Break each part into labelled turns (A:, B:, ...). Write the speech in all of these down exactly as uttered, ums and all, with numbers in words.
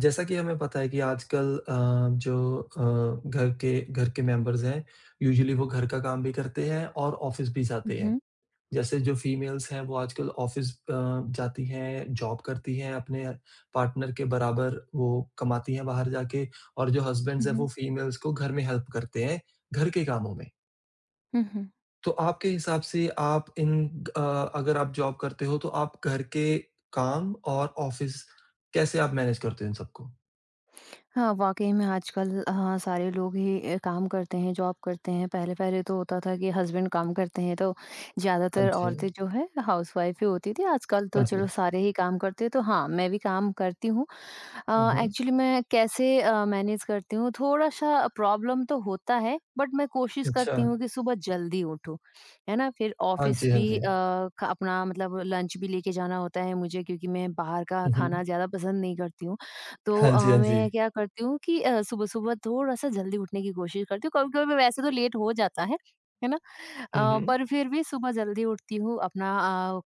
A: जैसा कि हमें पता है कि आजकल अ, जो अ, घर के घर के मेंबर्स हैं, यूजुअली वो घर का काम भी करते हैं और ऑफ़िस भी जाते हैं।
B: हुँ,
A: जैसे जो फीमेल्स हैं, वो आजकल ऑफ़िस अ, जाती हैं, जॉब करती हैं, अपने पार्टनर के बराबर वो कमाती हैं बाहर जाके। और जो हस्बैंड्स हैं,
B: हुँ,
A: वो फीमेल्स को घर में हेल्प करते हैं, घर के कामों में।
B: हुँ, हुँ।
A: तो आपके हिसाब से आप इन अ, अगर आप जॉब करते हो, तो आप घर के काम और ऑफ़िस कैसे आप मैनेज करते हो इन सबको?
B: हाँ, वाक़ई में आजकल हाँ, सारे लोग ही अ, काम करते हैं, जॉब करते हैं। पहले-पहले तो होता था कि हस्बैंड काम करते हैं, तो
A: हाँ
B: ज़्यादातर
A: जी।
B: औरतें जो है हाउसवाइफ़ ही होती थी। आजकल तो
A: हाँ जी।
B: चलो सारे ही काम करते हैं, तो हाँ, मैं भी काम करती हूँ।
A: हुँ, हुँ।
B: एक्चुअली मैं कैसे मैनेज करती हूँ थोड़ा सा प्रॉब्लम तो होता है बट मैं कोशिश
A: अच्छा।
B: करती हूँ कि सुबह जल्दी उठूँ है ना। फिर
A: हाँ
B: ऑफिस
A: जी, हाँ
B: भी
A: जी।
B: अ, का- अपना मतलब लंच भी लेके जाना होता है मुझे, क्योंकि मैं बाहर का
A: हुँ, हुँ।
B: खाना ज़्यादा पसंद नहीं करती हूँ। तो
A: हाँ जी,
B: अ,
A: हाँ जी।
B: मैं क्या करती हूँ कि सुबह सुबह थोड़ा सा जल्दी उठने की कोशिश करती हूँ। कभी कभी वैसे तो लेट हो जाता है है ना।
A: हुँ,
B: अ,
A: हुँ।
B: पर फिर भी सुबह जल्दी उठती हूँ, अपना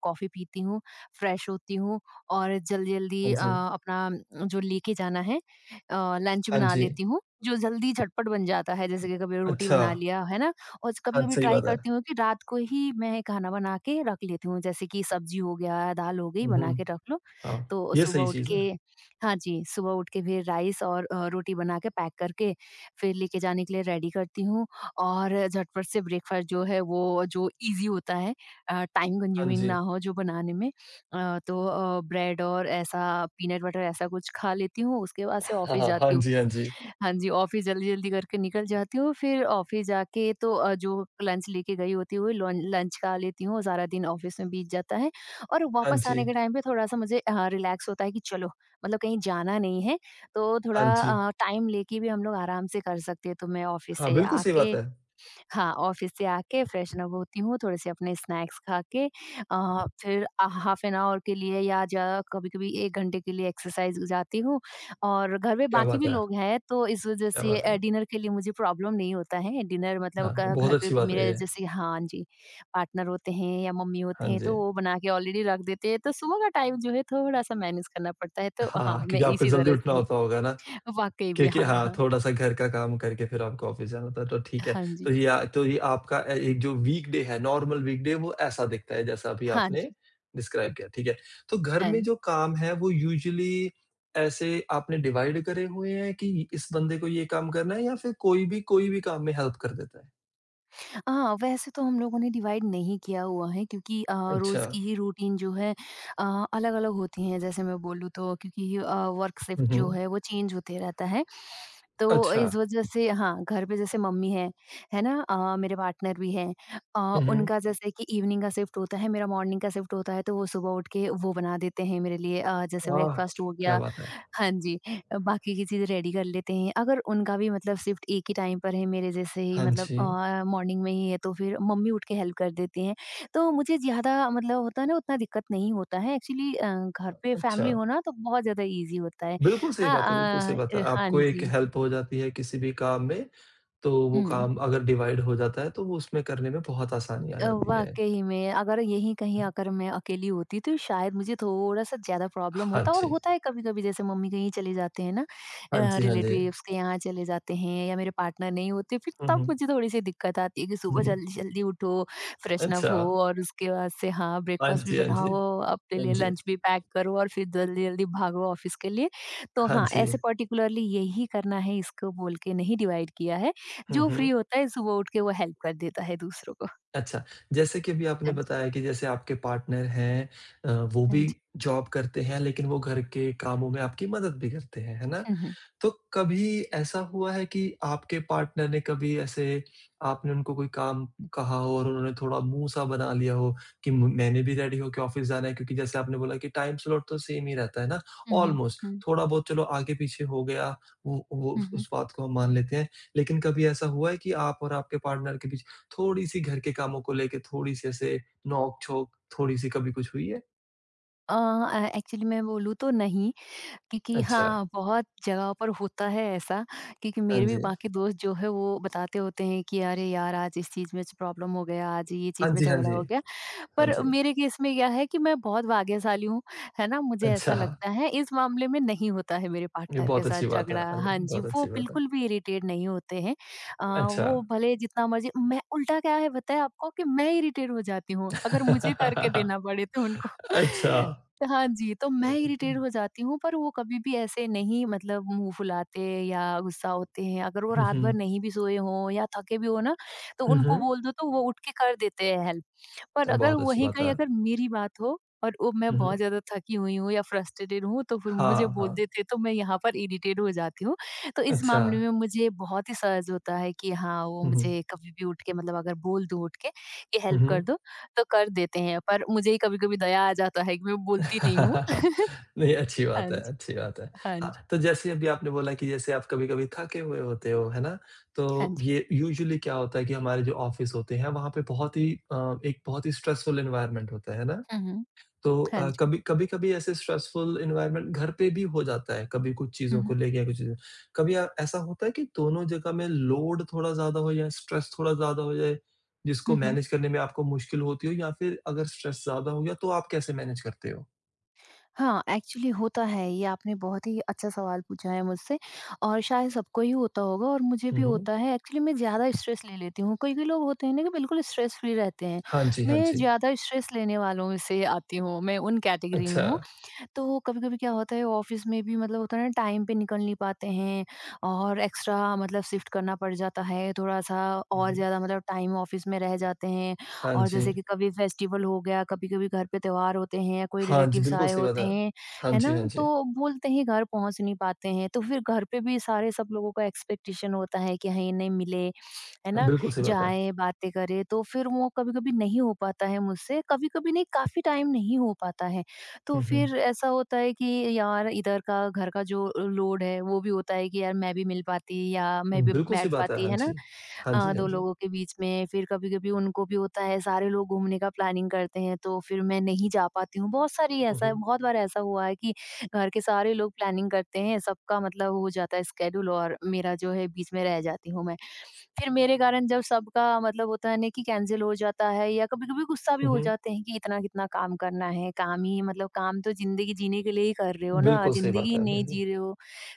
B: कॉफ़ी पीती हूँ, फ्रेश होती हूँ और जल्दी जल्दी
A: हाँ जी।
B: अपना जो लेके जाना है अ, लंच
A: हाँ
B: बना
A: जी।
B: लेती हूँ, जो जल्दी झटपट बन जाता है। जैसे कि कभी रोटी
A: अच्छा।
B: बना लिया, है ना। और कभी
A: हाँ,
B: कभी
A: सही
B: ट्राई
A: बात है।
B: करती हूँ कि रात को ही मैं खाना बना के रख लेती हूँ। जैसे कि सब्जी हो गया, दाल हो गई,
A: हुँ,
B: बना के
A: हुँ।
B: रख लो।
A: हाँ,
B: तो
A: ये
B: सुबह
A: सही
B: उठ
A: चीज़
B: के
A: है।
B: हाँ जी, सुबह उठ के फिर राइस और अ, रोटी बना के पैक करके फिर लेके जाने के लिए रेडी करती हूँ। और झटपट से ब्रेकफास्ट जो है वो जो इजी होता है, टाइम
A: हाँ
B: कंज्यूमिंग
A: जी।
B: ना हो जो बनाने में। अ, तो अ, ब्रेड और ऐसा पीनट बटर, ऐसा कुछ खा लेती हूँ, उसके बाद से
A: हाँ,
B: ऑफ़िस
A: हाँ। हाँ
B: जाती हूँ।
A: जी, हाँ जी।
B: हाँ जी, ऑफ़िस जल्दी-जल्दी करके निकल जाती हूँ, फिर ऑफ़िस जाके तो अ, जो लंच लेके गई होती हूँ, लन लंच खा लेती हूँ, सारा दिन ऑफ़िस में बीत जाता है। और
A: हाँ
B: वापस आने
A: जी।
B: के टाइम पे थोड़ा-सा मुझे अ, रिलैक्स होता है कि चलो, मतलब कहीं जाना नहीं है, तो थोड़ा
A: हाँ जी।
B: अ, टाइम लेके भी हम लोग आराम से कर सकते हैं। तो मैं ऑफ़िस
A: हाँ,
B: से
A: बिल्कुल सही
B: आके
A: बात है।
B: हाँ, ऑफ़िस से आके फ्रेशन अप होती हूँ, थोड़े-से अपने स्नैक्स खा के अ, फिर अ, हाफ़ एन आवर के लिए या ज कभी-कभी एक घंटे के लिए एक्सरसाइज़ जाती हूँ। और घर में
A: क्या
B: बाकी भी
A: बात है!
B: लोग हैं, तो इस वज़ह
A: क्या
B: से
A: बात
B: अ,
A: है!
B: डिनर के लिए मुझे प्रॉब्लम नहीं होता है। डिनर मतलब
A: हाँ,
B: क
A: बहुत
B: घर पे
A: अच्छी
B: को
A: बात है
B: मेरे
A: ये।
B: जैसे हाँ जी, पार्टनर होते हैं या मम्मी होते
A: हाँ
B: हैं,
A: जी।
B: तो वो बना के ऑलरेडी रख देते हैं, तो सुबह का टाइम जो है थोड़ा-सा मैनेज करना पड़ता है। तो हाँ,
A: हाँ,
B: मैं
A: क्योंकि आपको
B: इसी
A: जल्दी
B: तरह
A: उठना
B: से ही
A: होता होगा ना?
B: वाक़ई में
A: क्योंकि
B: हाँ,
A: हाँ,
B: हाँ।
A: थोड़ा-सा घर का काम करके फिर आपको ऑफ़िस जाना था, तो ठीक है।
B: हाँ
A: तो
B: जी।
A: ये अ, तो ये आपका अ, एक जो वीकडे है, नॉर्मल वीकडे वो ऐसा दिखता है जैसा अभी
B: हाँ
A: आपने
B: जी।
A: डिस्क्राइब किया, ठीक है। तो घर
B: हाँ
A: में
B: जी।
A: जो काम है वो यूजुअली ऐसे आपने डिवाइड करे हुए हैं कि इस बंदे को ये काम करना है या फिर कोई भी कोई भी काम में हेल्प कर देता है?
B: हाँ, वैसे तो हम लोगों ने डिवाइड नहीं किया हुआ है, क्योंकि अ,
A: अच्छा।
B: रोज़ की ही रूटीन जो है अ, अलग-अलग होती हैं। जैसे मैं बोलूँ तो, क्योंकि अ, वर्क शिफ्ट
A: हुँ,
B: जो
A: हुँ।
B: है वो चेंज होते रहता है। तो
A: अच्छा।
B: इस वजह से हाँ, घर पे जैसे मम्मी हैं, है ना? अ, मेरे पार्टनर भी हैं, अ,
A: हुँ, हुँ।
B: उनका जैसे कि इवनिंग का शिफ्ट होता है, मेरा मॉर्निंग का शिफ्ट होता है तो वो सुबह उठ के वो बना देते हैं मेरे लिए, अ, जैसे
A: आह!
B: ब्रेकफ़ास्ट हो
A: क्या
B: गया।
A: बात है।
B: हाँ जी, अ, बाकी की चीज़ें रेडी कर लेते हैं। अगर उनका भी मतलब शिफ्ट एक ही टाइम पर है मेरे जैसे ही,
A: हाँ
B: मतलब
A: जी।
B: अ, मॉर्निंग में ही है तो फिर मम्मी उठ के हेल्प कर देती हैं। तो मुझे ज़्यादा मतलब होता है ना उतना दिक्कत नहीं होता है। एक्चुअली अ, घर
A: अ,
B: पे फैमिली
A: अच्छा।
B: हो ना तो बहुत ज़्यादा ईज़ी होता है।
A: बिल्कुल सही
B: हाँ
A: बात है, बिल्कुल सही बात है।
B: अ, हाँ
A: आपको एक
B: जी।
A: हेल्प हो जाती है किसी भी काम में। तो वो
B: हुँ।
A: काम अगर डिवाइड हो जाता है, तो वो उसमें करने में बहुत आसानी आ
B: अ,
A: जाती है।
B: वाक़ई में अगर यहीं कहीं
A: हाँ,
B: अगर मैं अकेली होती तो शायद मुझे थोड़ा-सा ज़्यादा प्रॉब्लम
A: हाँ
B: होता। और
A: जी।
B: होता है कभी-कभी, जैसे मम्मी कहीं चले जाते हैं ना,
A: हाँ
B: अ,
A: जी, हाँ जी।
B: रिलेटिव्स के यहाँ चले जाते हैं, या मेरे पार्टनर नहीं होते, फिर
A: हुँ,
B: तब
A: हुँ।
B: मुझे थोड़ी-सी दिक्कत आती है कि सुबह
A: हुँ,
B: जल्दी-जल्दी उठो, फ्रेशन अप
A: अच्छा।
B: हो और उसके बाद से हाँ,
A: हाँ
B: ब्रेकफास्ट भी
A: जी, हाँ जी।
B: बनाओ, अपने
A: हाँ
B: लिए
A: जी।
B: लंच भी पैक करो और फिर जल्दी-जल्दी भागो ऑफ़िस के लिए। तो
A: हाँ
B: हाँ,
A: जी।
B: ऐसे पर्टिकुलरली यही करना है, इसको बोल के नहीं डिवाइड किया है।
A: हुँ,
B: जो फ्री
A: हुँ।
B: होता है सुबह उठ के वो हेल्प कर देता है दूसरों को।
A: अच्छा, जैसे कि अभी आपने
B: हाँ जी।
A: बताया कि जैसे आपके पार्टनर हैं, अ, वो
B: हाँ
A: भी
B: जी।
A: जॉब करते हैं, लेकिन वो घर के कामों में आपकी मदद भी करते हैं, है ना?
B: हुँ, हुँ।
A: तो कभी ऐसा हुआ है कि आपके पार्टनर ने कभी ऐसे आपने उनको कोई काम कहा हो और उन्होंने थोड़ा मुँह सा बना लिया हो कि म- मैंने भी रेडी होके ऑफिस जाना है, क्योंकि जैसे आपने बोला कि टाइम स्लॉट तो सेम ही रहता है ना
B: हुँ, हुँ,
A: ऑलमोस्ट,
B: हुँ,
A: थोड़ा बहुत चलो आगे पीछे हो गया, वो वो
B: हुँ, हुँ।
A: उस बात को हम मान लेते हैं। लेकिन कभी ऐसा हुआ है कि आप और आपके पार्टनर के बीच थोड़ी सी घर के कामों को लेके थोड़ी सी ऐसे नोक झोंक थोड़ी सी कभी कुछ हुई है?
B: अ अ, एक्चुअली मैं बोलूँ तो नहीं, क्योंकि
A: अच्छा।
B: हाँ, बहुत जगह पर होता है ऐसा, क्योंकि
A: हाँ
B: मेरे भी
A: जी।
B: बाकी दोस्त जो है वो बताते होते हैं कि अरे यार, आज इस चीज़ में च प्रॉब्लम हो गया, आज ये
A: हाँ
B: चीज़ में
A: जी। हाँ
B: झगड़ा
A: जी।
B: हो गया।
A: हाँ
B: पर
A: जी।
B: मेरे केस में क्या है कि मैं बहुत भाग्यशाली हूँ, है ना? मुझे ऐसा
A: अच्छा,
B: लगता है, इस मामले में नहीं होता है मेरे
A: ये
B: पार्टनर के
A: बहुत
B: साथ
A: अच्छी बात है।
B: झगड़ा।
A: अरे,
B: हाँ जी,
A: बहुत
B: वो
A: अच्छी बात है।
B: बिल्कुल भी इरिटेट नहीं होते हैं। अ,
A: अच्छा।
B: वो भले जितना मर्ज़ी, मैं उल्टा क्या है बताएँ आपको कि मैं इरिटेट हो जाती हूँ, अगर मुझे करके देना पड़े तो उनको।
A: अच्छा।
B: हाँ जी, तो मैं इरिटेट हो जाती हूँ पर वो कभी भी ऐसे नहीं, मतलब मुँह फुलाते या गुस्सा होते हैं। अगर वो
A: हुँ,
B: रात भर
A: हुँ।
B: नहीं भी सोए हों या थके भी हों ना, तो
A: हुँ,
B: उनको
A: हुँ।
B: बोल दो तो वो उठ के कर देते हैं हेल्प। और अगर
A: बहुत अच्छी
B: वहीं
A: बात
B: कहीं
A: है।
B: अगर मेरी बात हो और वो मैं
A: हुँ,
B: बहुत
A: हुँ।
B: ज़्यादा थकी हुई हूँ या फ्रस्ट्रेटेड हूँ, तो फिर मुझे
A: हाँ,
B: बोल
A: हाँ।
B: देते तो मैं यहाँ पर इरिटेट हो जाती हूँ। तो इस
A: अच्छा।
B: मामले में मुझे बहुत ही सहज होता है कि हाँ, वो
A: हुँ, हुँ।
B: मुझे कभी भी उठ के, मतलब अगर बोल दूँ उठ के कि
A: हुँ,
B: हेल्प कर
A: हुँ।
B: दो, तो कर देते हैं। पर मुझे ही कभी-कभी दया आ जाता है कि मैं बोलती नहीं हूँ।
A: नहीं, अच्छी
B: हाँ
A: बात है,
B: जी,
A: अच्छी बात है।
B: हाँ जी,
A: हाँ, तो जैसे अभी आपने बोला कि जैसे आप कभी-कभी थके हुए होते हो, है ना?
B: हाँ
A: तो
B: जी।
A: ये यूजुअली क्या होता है कि हमारे जो ऑफ़िस होते हैं, वहाँ पे बहुत ही अ, एक बहुत ही स्ट्रेसफुल एनवायरनमेंट होता है, है ना?
B: हुँ, हुँ।
A: तो
B: हाँ
A: अ,
B: जी।
A: कभी कभी-कभी ऐसे स्ट्रेसफुल एनवायरनमेंट घर पे भी हो जाता है, कभी कुछ
B: हुँ,
A: चीज़ों को
B: हुँ।
A: लेके या कुछ चीज़ें कभी अ, ऐसा होता है कि दोनों जगह में लोड थोड़ा ज़्यादा हो जाए, स्ट्रेस थोड़ा ज़्यादा हो जाए,
B: हुँ,
A: जिसको
B: हुँ।
A: मैनेज करने में आपको मुश्किल होती हो, या फिर अगर स्ट्रेस ज़्यादा हो गया तो आप कैसे मैनेज करते हो?
B: हाँ, एक्चुअली होता है ये। आपने बहुत ही अच्छा सवाल पूछा है मुझसे, और शायद सबको ही होता होगा और मुझे
A: हुँ,
B: भी
A: हुँ।
B: होता है। एक्चुअली मैं ज़्यादा स्ट्रेस ले लेती हूँ। कोई-कोई लोग होते हैं ना कि बिल्कुल स्ट्रेस फ्री रहते हैं।
A: हाँ जी, हाँ
B: मैं
A: जी।
B: ज़्यादा स्ट्रेस लेने वालों में से आती हूँ, मैं उन कैटेगरी में
A: अच्छा।
B: हूँ। तो कभी-कभी क्या होता है, ऑफिस में भी मतलब होता है ना टाइम पे निकल नहीं पाते हैं और एक्स्ट्रा मतलब शिफ्ट करना पड़ जाता है थोड़ा-सा,
A: हुँ,
B: और
A: हुँ।
B: ज़्यादा मतलब टाइम ऑफिस में रह जाते हैं।
A: हाँ
B: और
A: जी।
B: जैसे कि कभी फेस्टिवल हो गया, कभी-कभी घर पे त्योहार होते हैं या कोई
A: हाँ जी,
B: रिलेटिव्स
A: बिल्कुल
B: आए
A: सही बात
B: होते
A: है।
B: हैं,
A: हाँ
B: है
A: जी,
B: ना?
A: हाँ जी।
B: तो बोलते हैं घर पहुँच नहीं पाते हैं, तो फिर घर पे भी सारे सब लोगों का एक्सपेक्टेशन होता है कि हाँ, इन्हें मिले, है
A: हाँ,
B: ना?
A: बिल्कुल सही बात है।
B: जाएँ, बातें करें, तो फिर वो कभी-कभी नहीं हो पाता है मुझसे, कभी-कभी नहीं, काफ़ी टाइम नहीं हो पाता है। तो
A: हुँ, हुँ।
B: फिर ऐसा होता है कि यार इधर का घर का जो लोड है वो भी होता है कि यार मैं भी मिल पाती या मैं भी
A: बिल्कुल सही
B: बैठ
A: बात है।
B: पाती,
A: हाँ
B: है ना?
A: जी। हाँ
B: अ,
A: जी, हाँ
B: दो
A: जी।
B: लोगों के बीच में फिर कभी-कभी उनको भी होता है, सारे लोग घूमने का प्लानिंग करते हैं तो फिर मैं नहीं जा पाती हूँ। बहुत सारी
A: हुँ,
B: ऐसा
A: हुँ।
B: बहुत बार ऐसा हुआ है कि घर के सारे लोग प्लानिंग करते हैं, सबका मतलब हो जाता है स्केड्यूल और मेरा जो है बीच में रह जाती हूँ मैं। फिर मेरे कारण जब सबका, मतलब होता है ना कि कैंसिल हो जाता है, या कभी-कभी गुस्सा भी
A: हुँ,
B: हो
A: हुँ।
B: जाते हैं कि इतना कितना काम करना है, काम ही मतलब, काम तो ज़िंदगी जीने के लिए ही कर रहे हो ना,
A: बिल्कुल सही
B: ज़िंदगी
A: बात
B: ही
A: है।
B: नहीं
A: बिल्कुल।
B: जी रहे हो,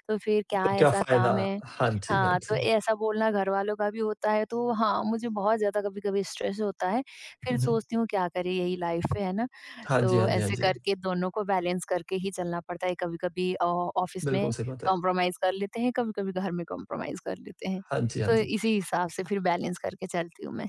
B: तो फिर क्या ऐसा काम
A: 도쿄아파이나
B: है?
A: 한지
B: हाँ, तो
A: 한지
B: ऐसा बोलना घरवालों का भी होता है, तो हाँ, मुझे बहुत ज़्यादा कभी-कभी स्ट्रेस होता है। फिर
A: 한지
B: सोचती हूँ क्या करें, यही लाइफ़ है, है ना?
A: 한지
B: तो
A: 한지
B: ऐसे
A: 한지 한지
B: करके दोनों को बैलेंस करके ही चलना पड़ता है। कभी-कभी अ, ऑफ़िस में
A: 밀고 세 번째
B: कॉम्प्रोमाइज़ कर लेते हैं, कभी-कभी घर में कॉम्प्रोमाइज़ कर लेते हैं।
A: 한지
B: तो
A: 한지.
B: इसी हिसाब से फिर बैलेंस करके चलती हूँ मैं।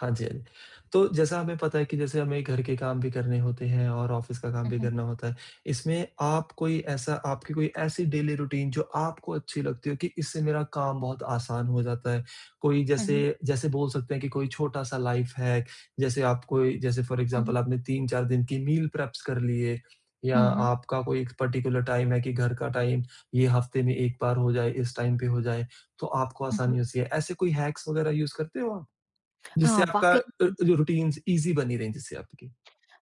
A: हाँ जी, हाँ जी। तो जैसा हमें पता है कि जैसे हमें घर के काम भी करने होते हैं और ऑफ़िस का काम
B: हुँ,
A: भी
B: हुँ।
A: करना होता है। इसमें आप कोई ऐसा, आपकी कोई ऐसी डेली रूटीन जो आपको अच्छी लगती हो कि इससे मेरा काम बहुत आसान हो जाता है? कोई
B: हुँ, हुँ।
A: जैसे जैसे बोल सकते हैं कि कोई छोटा-सा लाइफ़ हैक जैसे आप कोई जैसे फ़ॉर
B: हुँ, हुँ।
A: एग्ज़ाम्पल आपने तीन चार दिन की मील प्रेप्स कर लिए, या
B: हुँ, हुँ।
A: आपका कोई एक पर्टिकुलर टाइम है कि घर का टाइम ये हफ़्ते में एक बार हो जाए, इस टाइम पे हो जाए, तो आपको
B: हुँ, हुँ।
A: आसानी होती है। ऐसे कोई हैक्स वग़ैरह यूज़ करते हो आप? जिससे
B: हाँ,
A: आपका
B: वाक़ई
A: अ, जो रूटीन्स ईज़ी बनी रहें जिससे आपकी।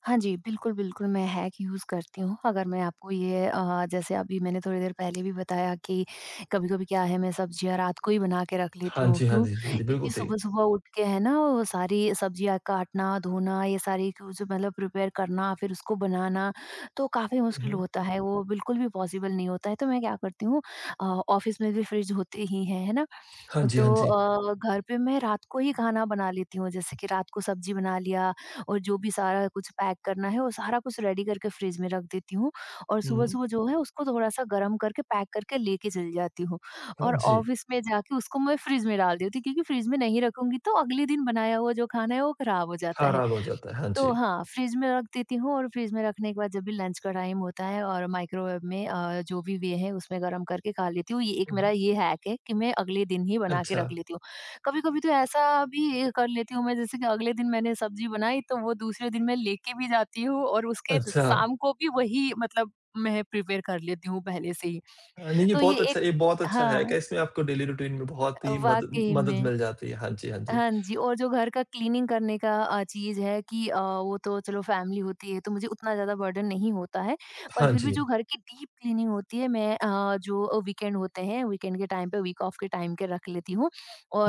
B: हाँ जी, बिल्कुल, बिल्कुल, मैं हैक यूज़ करती हूँ। अगर मैं आपको ये अ, जैसे अभी मैंने थोड़ी देर पहले भी बताया कि कभी-कभी क्या है, मैं सब्जियाँ रात को ही बना के रख लेती
A: हाँ
B: हूँ।
A: जी, हाँ
B: क्यों?
A: जी, हाँ जी, बिल्कुल
B: क्योंकि
A: सही।
B: सुबह-सुबह उठ के, है ना, वो सारी सब्जियाँ काटना, धोना, ये सारी चीज़ें मतलब प्रिपेयर करना, फिर उसको बनाना, तो काफ़ी मुश्किल
A: हुँ।
B: होता है, वो बिल्कुल भी पॉसिबल नहीं होता है। तो मैं क्या करती हूँ, अ, ऑफ़िस में भी फ्रिज होते ही हैं, है ना?
A: हाँ जी,
B: तो
A: हाँ जी।
B: अ, घर पे मैं रात को ही खाना बना लेती हूँ, जैसे कि रात को सब्जी बना लिया और जो भी सारा कुछ पैक करना है वो सारा कुछ रेडी करके फ्रिज में रख देती हूँ और
A: हुँ।
B: सुबह-सुबह जो है उसको थोड़ा-सा गर्म करके पैक करके लेके चली जाती हूँ
A: हाँ
B: और
A: जी,
B: ऑफ़िस में जाके उसको मैं फ्रिज में डाल देती हूँ क्योंकि फ्रिज में नहीं रखूँगी तो अगले दिन बनाया हुआ जो खाना है वो खराब हो जाता है।
A: खराब हो जाता है। हाँ
B: तो
A: जी।
B: हाँ, फ्रिज में रख देती हूँ और फ्रिज में रखने के बाद जब भी लंच का टाइम होता है और माइक्रोवेव में अ, जो भी वे है उसमें गरम करके खा लेती हूँ। ये एक मेरा
A: हुँ।
B: ये हैक है कि मैं अगले दिन ही बना के
A: अच्छा,
B: रख लेती हूँ। कभी-कभी तो ऐसा भी कर लेती हूँ मैं, जैसे कि अगले दिन मैंने सब्ज़ी बनाई तो वो दूसरे दिन मैं लेके भी जाती हूँ और उसके
A: अच्छा।
B: शाम को भी वही मतलब मैं प्रिपेयर कर लेती हूँ पहले से ही।
A: अ, नहीं ये
B: तो ये
A: बहुत
B: एक
A: अच्छा ये बहुत अच्छा हैक
B: हाँ,
A: है, इसमें आपको डेली रूटीन में बहुत ही मद
B: वाक़ई
A: मदद
B: में।
A: मिल जाती है। हाँ जी, हाँ जी।
B: हाँ जी, और जो घर का क्लीनिंग करने का अ, चीज़ है कि अ, वो तो चलो फैमिली होती है, तो मुझे उतना ज़्यादा बर्डन नहीं होता है। पर
A: हाँ
B: फिर भी
A: जी।
B: जो घर की डीप क्लीनिंग होती है, मैं अ, जो वीकेंड होते हैं, वीकेंड के टाइम पे, वीक ऑफ के टाइम के रख लेती हूँ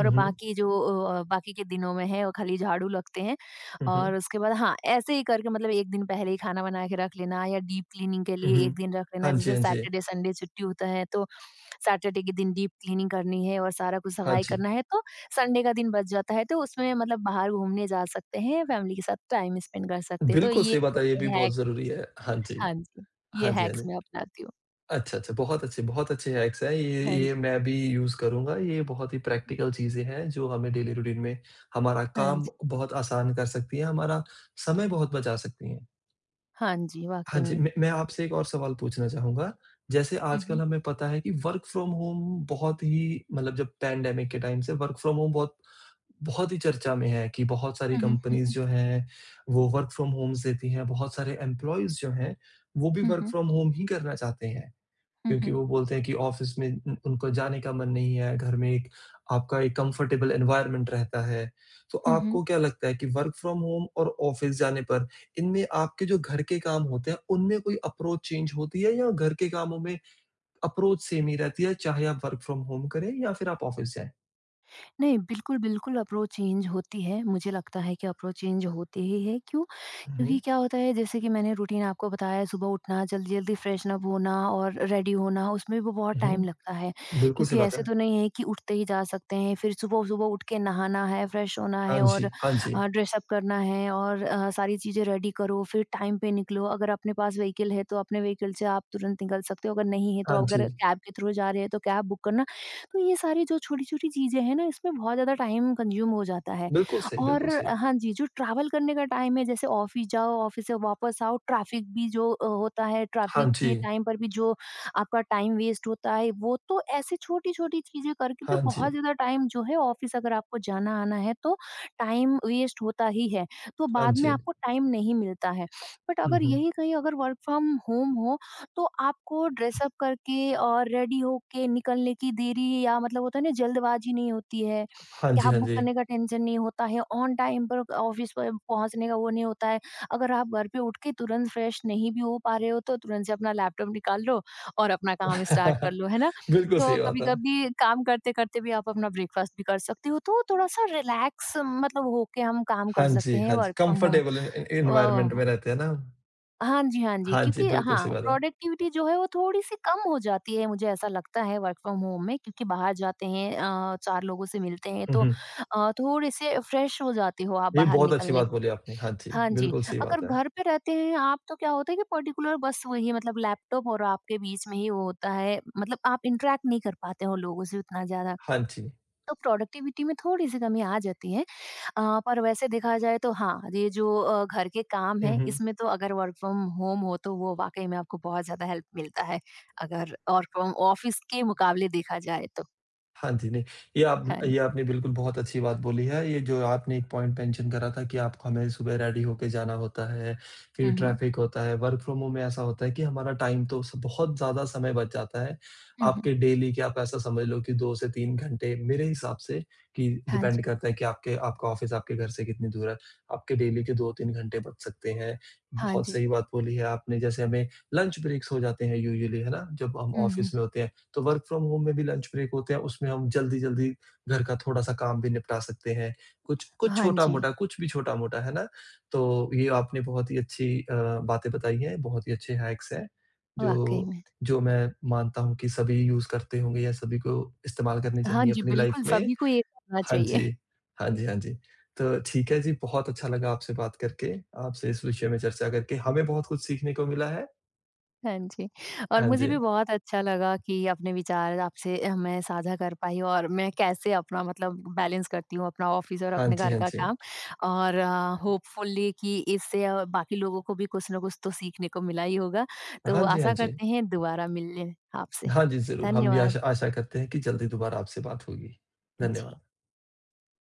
A: हुँ, हुँ।
B: बाकी जो अ, बाकी के दिनों में है, वो खाली झाड़ू लगते हैं।
A: हुँ,
B: और
A: हुँ।
B: उसके बाद हाँ, ऐसे ही करके मतलब एक दिन पहले ही खाना बना के रख लेना या डीप क्लीनिंग के
A: हुँ,
B: लिए एक
A: हुँ।
B: दिन रख लेना।
A: हाँ जी,
B: जैसे
A: हाँ जी।
B: सैटरडे, संडे छुट्टी होता है, तो सैटरडे के दिन डीप क्लीनिंग करनी है और सारा कुछ
A: हाँ
B: सफाई
A: जी।
B: करना है, तो संडे का दिन बच जाता है, तो उसमें मतलब बाहर घूमने जा सकते हैं, फैमिली के साथ टाइम स्पेंड कर सकते हैं। तो
A: बिल्कुल
B: ये
A: सही बात है, ये भी बहुत
B: हैक,
A: ज़रूरी है। हाँ जी।
B: हाँ जी, ये
A: हाँ जी, हाँ
B: हैक्स
A: जी।
B: मैं अपनाती हूँ।
A: अच्छा, अच्छा। बहुत अच्छे, बहुत अच्छे हैक्स हैं। ये
B: हाँ
A: ये
B: जी।
A: मैं भी यूज़ करूँगा। ये बहुत ही प्रैक्टिकल चीज़ें हैं जो हमें डेली रूटीन में हमारा
B: हाँ
A: काम
B: जी।
A: बहुत आसान कर सकती हैं, हमारा समय बहुत बचा सकती हैं।
B: हाँ जी,
A: हाँ
B: वाक़ई
A: जी,
B: में।
A: मैं मैं आपसे एक और सवाल पूछना चाहूँगा। जैसे
B: हुँ, हुँ।
A: आजकल हमें पता है कि वर्क फ्रॉम होम बहुत ही मतलब जब पैंडेमिक के टाइम से वर्क फ्रॉम होम बहुत बहुत ही चर्चा में है कि बहुत सारी
B: हुँ, हुँ,
A: कंपनीज़ जो हैं, वो वर्क फ्रॉम होम्स देती हैं। बहुत सारे एम्प्लॉइज़ जो हैं, वो भी
B: हुँ, हुँ,
A: वर्क
B: हुँ,
A: फ्रॉम होम ही करना चाहते हैं। क्योंकि
B: हुँ,
A: वो बोलते हैं कि ऑफ़िस में उन उनको जाने का मन नहीं है, घर में एक आपका एक कम्फ़र्टेबल एनवायरनमेंट रहता है। तो
B: हुँ, हुँ।
A: आपको क्या लगता है कि वर्क फ्रॉम होम और ऑफ़िस जाने पर, इनमें आपके जो घर के काम होते हैं, उनमें कोई अप्रोच चेंज होती है, या घर के कामों में अप्रोच सेम ही रहती है, चाहे आप वर्क फ्रॉम होम करें या फिर आप ऑफ़िस जाएँ?
B: नहीं, बिल्कुल, बिल्कुल अप्रोच चेंज होती है। मुझे लगता है कि अप्रोच चेंज होती ही है, क्यों?
A: हुँ,
B: क्योंकि
A: हुँ,
B: क्या होता है, जैसे कि मैंने रूटीन आपको बताया, सुबह उठना, जल्दी-जल्दी फ्रेशन अप होना और रेडी होना, उसमें भी बहुत
A: हुँ,
B: टाइम
A: हुँ।
B: लगता है।
A: बिल्कुल सही
B: क्योंकि
A: बात
B: ऐसे
A: है।
B: तो नहीं है कि उठते ही जा सकते हैं, फिर सुबह-सुबह उठ के नहाना है, फ्रेश होना
A: हाँ
B: है और
A: जी, हाँ जी,
B: अ, ड्रेस अप करना है और अ, सारी चीज़ें रेडी करो, फिर टाइम पे निकलो। अगर अपने पास व्हीकल है, तो अपने व्हीकल से आप तुरंत निकल सकते हो, अगर नहीं है तो
A: हाँ
B: अगर
A: जी।
B: कैब के थ्रू जा रहे हैं, तो कैब बुक करना। तो ये सारी जो छोटी-छोटी चीज़ें हैं ना, इसमें बहुत ज़्यादा टाइम कंज़्यूम हो जाता है
A: बिल्कुल सही, बिल्कुल
B: और
A: सही।
B: हाँ जी, जो ट्रैवल करने का टाइम है, जैसे ऑफ़िस जाओ, ऑफ़िस से वापस आओ, ट्रैफ़िक भी जो अ, होता है,
A: हाँ
B: ट्रैफ़िक के
A: जी,
B: टाइम पर भी जो आपका टाइम वेस्ट होता है, वो तो ऐसे छोटी-छोटी चीज़ें करके भी
A: हाँ
B: बहुत
A: जी,
B: ज़्यादा टाइम जो है ऑफ़िस अगर आपको जाना-आना है, तो टाइम वेस्ट होता ही है। तो
A: हाँ
B: बाद में
A: जी।
B: आपको टाइम नहीं मिलता है। बट
A: हुँ,
B: अगर
A: हुँ।
B: यही कहीं अगर वर्क फ्रॉम होम हो, तो आपको ड्रेस अप करके और रेडी होके निकलने की देरी या मतलब होता है ना, जल्दबाजी नहीं होती है,
A: हाँ जी,
B: कैब
A: हाँ
B: बुक
A: जी।
B: करने का टेंशन नहीं होता है, ऑन टाइम पर ऑफिस पर पहुँचने का वो नहीं होता है। अगर आप घर पे उठ के तुरंत फ्रेश नहीं भी हो पा रहे हो तो तुरंत से अपना लैपटॉप निकाल लो और अपना काम स्टार्ट कर लो, है ना?
A: बिल्कुल
B: तो
A: सही बात है।
B: कभी-कभी काम करते-करते भी आप अपना ब्रेकफास्ट भी कर सकते हो, तो थोड़ा-सा रिलैक्स मतलब होके हम काम कर
A: हाँ
B: सकते
A: जी,
B: हैं
A: हाँ जी,
B: work from home.
A: Comfortable en en environment
B: uh,
A: में रहते हैं ना हम।
B: हाँ जी, हाँ जी,
A: हाँ जी,
B: क्योंकि
A: बिल्कुल सही
B: हाँ,
A: बात है।
B: प्रोडक्टिविटी जो है वो थोड़ी-सी कम हो जाती है, मुझे ऐसा लगता है वर्क फ्रॉम होम में, क्योंकि बाहर जाते हैं अ, चार लोगों से मिलते हैं,
A: हुँ,
B: तो
A: हुँ।
B: अ, थोड़े-से फ्रेश हो जाते हो आप
A: ये
B: बाहर
A: बहुत अच्छी
B: निकलने।
A: बात बोली आपने। हाँ जी,
B: हाँ जी,
A: बिल्कुल सही
B: अगर
A: बात है।
B: घर पे रहते हैं आप तो क्या होता है कि पर्टिकुलर बस वही मतलब लैपटॉप और आपके बीच में ही वो होता है, मतलब आप इंटरैक्ट नहीं कर पाते हो लोगों से उतना ज़्यादा,
A: हाँ जी।
B: तो प्रोडक्टिविटी में थोड़ी-सी कमी आ जाती है। अ, पर वैसे देखा जाए तो हाँ, ये जो अ, घर के काम
A: हुँ,
B: हैं,
A: हुँ।
B: इसमें तो अगर वर्क फ्रॉम होम हो, तो वो वाक़ई में आपको बहुत ज़्यादा हेल्प मिलता है, अगर वर्क फ्रॉम ऑफिस के मुकाबले देखा जाए तो।
A: हाँ जी, नहीं, ये आप
B: हाँ
A: ये
B: जी।
A: आपने बिल्कुल बहुत अच्छी बात बोली है। ये जो आपने एक पॉइंट मेंशन करा था कि आपको हमें सुबह रेडी होके जाना होता है,
B: हुँ,
A: फिर
B: हुँ।
A: ट्रैफ़िक होता है। वर्क फ्रॉम होम में ऐसा होता है कि हमारा टाइम तो स बहुत ज़्यादा समय बच जाता है।
B: हुँ, हुँ।
A: आपके डेली के आप ऐसा समझ लो कि दो से तीन घंटे मेरे हिसाब से कि
B: हाँ
A: डिपेंड
B: जी।
A: करता है कि आपके आपका ऑफ़िस आपके घर से कितनी दूर है, आपके डेली के दो तीन घंटे बच सकते हैं।
B: हाँ
A: बहुत
B: जी।
A: सही बात बोली है आपने, जैसे हमें लंच ब्रेक्स हो जाते हैं यूजुअली, है ना? जब हम
B: हुँ, हुँ।
A: ऑफ़िस में होते हैं। तो वर्क फ्रॉम होम में भी लंच ब्रेक होते हैं, उसमें हम जल्दी-जल्दी घर का थोड़ा-सा काम भी निपटा सकते हैं। कुछ कुछ
B: हाँ जी,
A: छोटा-मोटा, कुछ भी छोटा-मोटा, है ना? तो ये आपने बहुत ही अच्छी अ, बातें बताई हैं, बहुत ही अच्छे हैक्स हैं,
B: वाक़ई
A: जो
B: में।
A: जो मैं मानता हूँ कि सभी यूज़ करते होंगे या सभी को इस्तेमाल करने
B: हाँ
A: चाहिए
B: जी,
A: अपनी लाइफ
B: बिल्कुल
A: में।
B: सभी को ये करना
A: हाँ
B: चाहिए।
A: जी। हाँ जी, हाँ जी। तो ठीक है जी, बहुत अच्छा लगा आपसे बात करके, आपसे इस विषय में चर्चा करके। हमें बहुत कुछ सीखने को मिला है।
B: हाँ जी। और
A: हाँ
B: मुझे
A: जी।
B: भी बहुत अच्छा लगा कि अपने विचार आपसे अ, मैं साझा कर पाई और मैं कैसे अपना मतलब बैलेंस करती हूँ अपना ऑफिस और
A: हाँ
B: अपने
A: जी,
B: घर
A: हाँ
B: का
A: जी।
B: काम और अ, होपफुली कि इससे अ, बाकी लोगों को भी कुछ ना कुछ तो सीखने को मिला ही होगा। तो
A: हाँ जी, हाँ
B: आशा
A: जी।
B: करते हैं दोबारा मिलने आपसे।
A: हाँ जी, ज़रूर। हम भी
B: धन्यवाद।
A: आशा आशा करते हैं कि जल्दी दोबारा आपसे बात होगी।
B: जी।
A: धन्यवाद।